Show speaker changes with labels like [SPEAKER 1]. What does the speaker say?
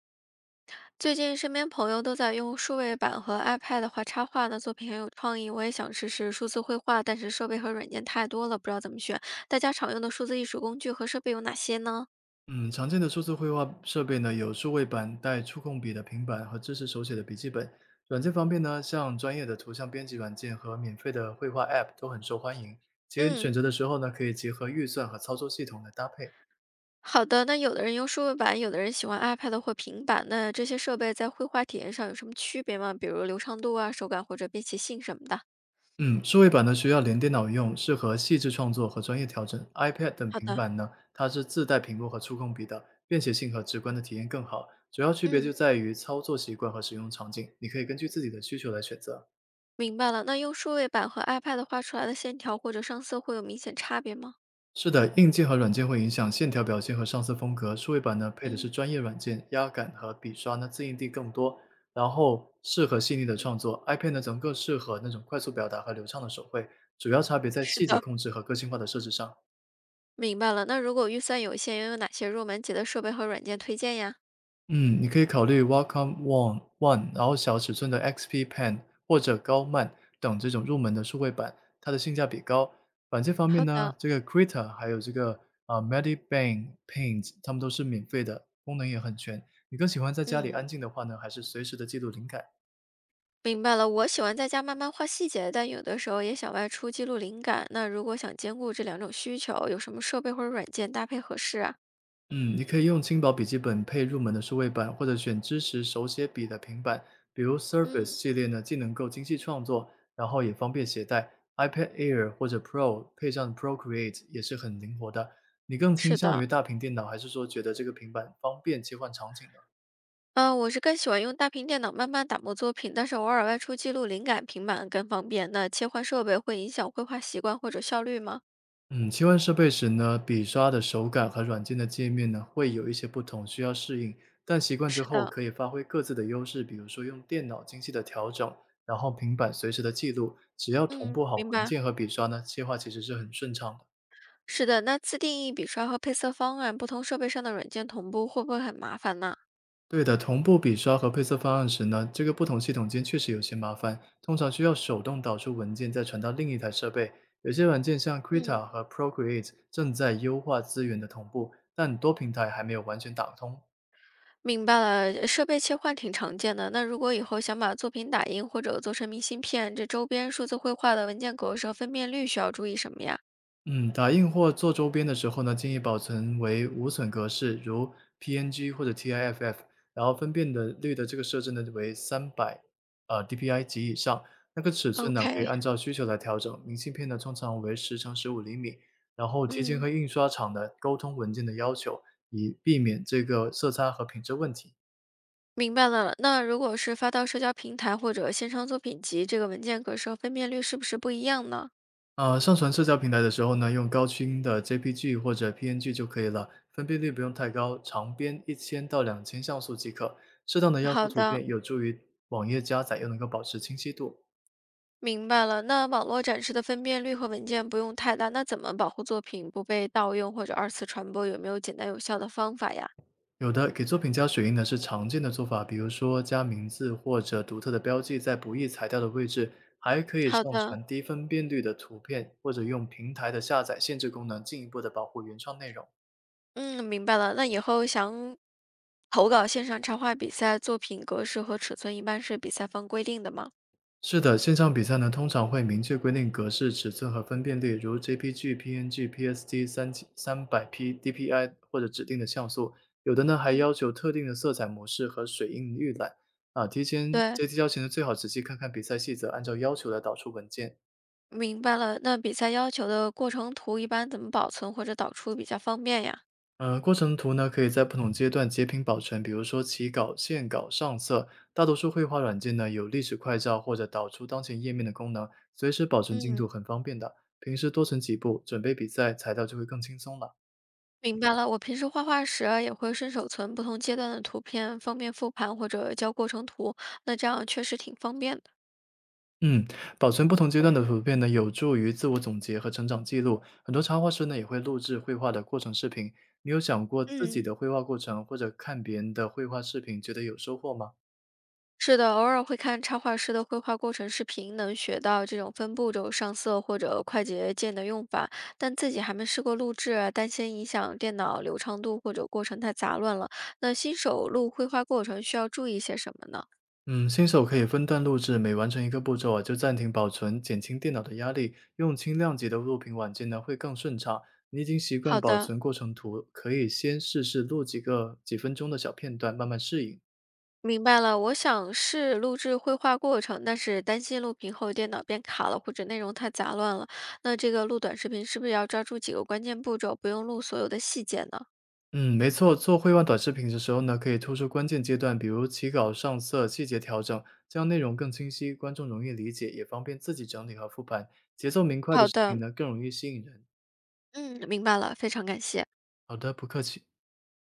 [SPEAKER 1] 最近身边朋友都在用数位板和 iPad 画插画呢，作品很有创意。我也想试试数字绘画，但是设备和软件太多了，不知道怎么选。大家常用的数字艺术工具和设备有哪些呢？
[SPEAKER 2] 嗯，常见的数字绘画设备呢，有数位板、带触控笔的平板和支持手写的笔记本。软件方面呢，像专业的图像编辑软件和免费的绘画 App 都很受欢迎。结
[SPEAKER 1] 嗯，
[SPEAKER 2] 选择的时候呢，可以结合预算和操作系统来搭配。
[SPEAKER 1] 好的。那有的人用数位板，有的人喜欢 iPad 或平板。那这些设备在绘画体验上有什么区别吗？比如流畅度啊、手感或者便携性什么的。
[SPEAKER 2] 嗯，数位板呢需要连电脑用，适合细致创作和专业调整。iPad 等
[SPEAKER 1] 好
[SPEAKER 2] 平
[SPEAKER 1] 的，
[SPEAKER 2] 板呢，它是自带屏幕和触控笔的，便携性和直观的体验更好。主要区别
[SPEAKER 1] 嗯，
[SPEAKER 2] 就在于操作习惯和使用场景，你可以根据自己的需求来选择。
[SPEAKER 1] 明白了。那用数位板和 iPad 画出来的线条或者上色会有明显差别吗？
[SPEAKER 2] 是的，硬件和软件会影响线条表现和上色风格。数位板呢，配的
[SPEAKER 1] 嗯。
[SPEAKER 2] 是专业软件，压感和笔刷呢自印地更多，然后适合细腻的创作。iPad 呢，则更适合那种快速表达和流畅的手绘。主要差别在
[SPEAKER 1] 是
[SPEAKER 2] 细节
[SPEAKER 1] 的，
[SPEAKER 2] 控制和个性化的设置上。
[SPEAKER 1] 明白了，那如果预算有限，又有哪些入门级的设备和软件推荐呀？
[SPEAKER 2] 嗯，你可以考虑 Wacom One，然后小尺寸的 XP Pen 或者高曼等这种入门的数位板，它的性价比高。软件方面
[SPEAKER 1] 好
[SPEAKER 2] 呢，
[SPEAKER 1] 的，
[SPEAKER 2] 这个 Krita 还有这个Medibang Paint，它们都是免费的，功能也很全。你更喜欢在家里安
[SPEAKER 1] 嗯，
[SPEAKER 2] 静的话呢，还是随时的记录灵感？
[SPEAKER 1] 明白了。我喜欢在家慢慢画细节，但有的时候也想外出记录灵感。那如果想兼顾这两种需求，有什么设备或者软件搭配合适啊？
[SPEAKER 2] 嗯，你可以用轻薄笔记本配入门的数位板，或者选支持手写笔的平板，比如 Surface
[SPEAKER 1] 嗯，
[SPEAKER 2] 系列呢，既能够精细创作，然后也方便携带。iPad Air 或者 Pro 配上 Procreate 也是很灵活的。你更倾
[SPEAKER 1] 是
[SPEAKER 2] 向
[SPEAKER 1] 的，
[SPEAKER 2] 于大屏电脑，还是说觉得这个平板方便切换场景呢？
[SPEAKER 1] 我是更喜欢用大屏电脑慢慢打磨作品，但是偶尔外出记录灵感，平板更方便。那切换设备会影响绘画习惯或者效率吗？
[SPEAKER 2] 嗯，切换设备时呢，笔刷的手感和软件的界面呢，会有一些不同，需要适应。但习惯之
[SPEAKER 1] 是
[SPEAKER 2] 后，
[SPEAKER 1] 的，
[SPEAKER 2] 可以发挥各自的优势，比如说用电脑精细的调整，然后平板随时的记录，只要同
[SPEAKER 1] 嗯，
[SPEAKER 2] 步好
[SPEAKER 1] 明
[SPEAKER 2] 文
[SPEAKER 1] 白。
[SPEAKER 2] 件和笔刷呢，切换其实是很顺畅的。
[SPEAKER 1] 是的，那自定义笔刷和配色方案，不同设备上的软件同步会不会很麻烦呢？
[SPEAKER 2] 对的，同步笔刷和配色方案时呢，这个不同系统间确实有些麻烦，通常需要手动导出文件，再传到另一台设备。有些软件像 q u i t
[SPEAKER 1] 嗯，
[SPEAKER 2] a 和 Procreate 正在优化资源的同步，但多平台还没有完全打通。
[SPEAKER 1] 明白了，设备切换挺常见的。那如果以后想把作品打印或者做成明信片，这周边数字绘画的文件格式和分辨率需要注意什么呀？
[SPEAKER 2] 嗯，打印或做周边的时候呢，建议保存为无损格式，如 PNG 或者 TIFF，然后分辨的率的这个设置呢为三百DPI 及以上。那个尺寸呢可以
[SPEAKER 1] OK,
[SPEAKER 2] 按照需求来调整。明信片呢通常为10×15 厘米，然后提前和
[SPEAKER 1] 嗯，
[SPEAKER 2] 印刷厂呢沟通文件的要求，以避免这个色差和品质问题。
[SPEAKER 1] 明白了。那如果是发到社交平台或者线上作品集，这个文件格式和分辨率是不是不一样呢？
[SPEAKER 2] 上传社交平台的时候呢，用高清的 JPG 或者 PNG 就可以了，分辨率不用太高，长边1000 到 2000 像素即可。适当的压缩
[SPEAKER 1] 好
[SPEAKER 2] 图
[SPEAKER 1] 的，
[SPEAKER 2] 片有助于网页加载，又能够保持清晰度。
[SPEAKER 1] 明白了，那网络展示的分辨率和文件不用太大，那怎么保护作品不被盗用或者二次传播？有没有简单有效的方法呀？
[SPEAKER 2] 有的给作品加水印的是常见的做法，比如说加名字或者独特的标记在不易裁掉的位置，还可以
[SPEAKER 1] 好
[SPEAKER 2] 上
[SPEAKER 1] 的，
[SPEAKER 2] 传低分辨率的图片，或者用平台的下载限制功能进一步的保护原创内容。
[SPEAKER 1] 嗯，明白了。那以后想投稿线上插画比赛，作品格式和尺寸一般是比赛方规定的吗？
[SPEAKER 2] 是的，线上比赛呢，通常会明确规定格式、尺寸和分辨率，如 JPG、PNG、PSD 三百 P、DPI 或者指定的像素。有的呢，还
[SPEAKER 1] 嗯，
[SPEAKER 2] 要求特定的色彩模式和水印预览。提前
[SPEAKER 1] 对，
[SPEAKER 2] 阶梯教前呢，最好仔细看看比赛细则，按照要求来导出文件。
[SPEAKER 1] 明白了。那比赛要求的过程图一般怎么保存或者导出比较方便呀？
[SPEAKER 2] 过程图呢，可以在不同阶段截屏保存，比如说起稿、线稿、上色。大多数绘画软件呢，有历史快照或者导出当前页面的功能，随时保存进度
[SPEAKER 1] 嗯。
[SPEAKER 2] 很方便的。平时多存几步，准备比赛材料就会更轻松了。
[SPEAKER 1] 明白了，我平时画画时啊也会顺手存不同阶段的图片，方便复盘或者交过程图，那这样确实挺方便的。
[SPEAKER 2] 嗯，保存不同阶段的图片呢，有助于自我总结和成长记录。很多插画师呢，也会录制绘画的过程视频。你有想过自己
[SPEAKER 1] 嗯，
[SPEAKER 2] 的绘画过程，或者看别人的绘画视频，觉得有收获吗？
[SPEAKER 1] 是的，偶尔会看插画师的绘画过程视频，能学到这种分步骤、上色或者快捷键的用法，但自己还没试过录制啊担心影响电脑流畅度或者过程太杂乱了。那新手录绘画过程需要注意些什么呢？
[SPEAKER 2] 嗯，新手可以分段录制，每完成一个步骤啊，就暂停保存，减轻电脑的压力。用轻量级的录屏软件呢，会更顺畅。你已经习惯
[SPEAKER 1] 好
[SPEAKER 2] 保
[SPEAKER 1] 的，
[SPEAKER 2] 存过程图，可以先试试录几个几分钟的小片段，慢慢适应。
[SPEAKER 1] 明白了，我想是录制绘画过程，但是担心录屏后电脑变卡了，或者内容太杂乱了。那这个录短视频是不是要抓住几个关键步骤，不用录所有的细节呢？
[SPEAKER 2] 嗯，没错，做绘画短视频的时候呢，可以突出关键阶段，比如起稿、上色、细节调整，这样内容更清晰，观众容易理解，也方便自己整理和复盘。节奏明快的
[SPEAKER 1] 好
[SPEAKER 2] 视频
[SPEAKER 1] 的，
[SPEAKER 2] 呢，更容易吸引人。
[SPEAKER 1] 嗯，明白了，非常感谢。
[SPEAKER 2] 好的，不客气。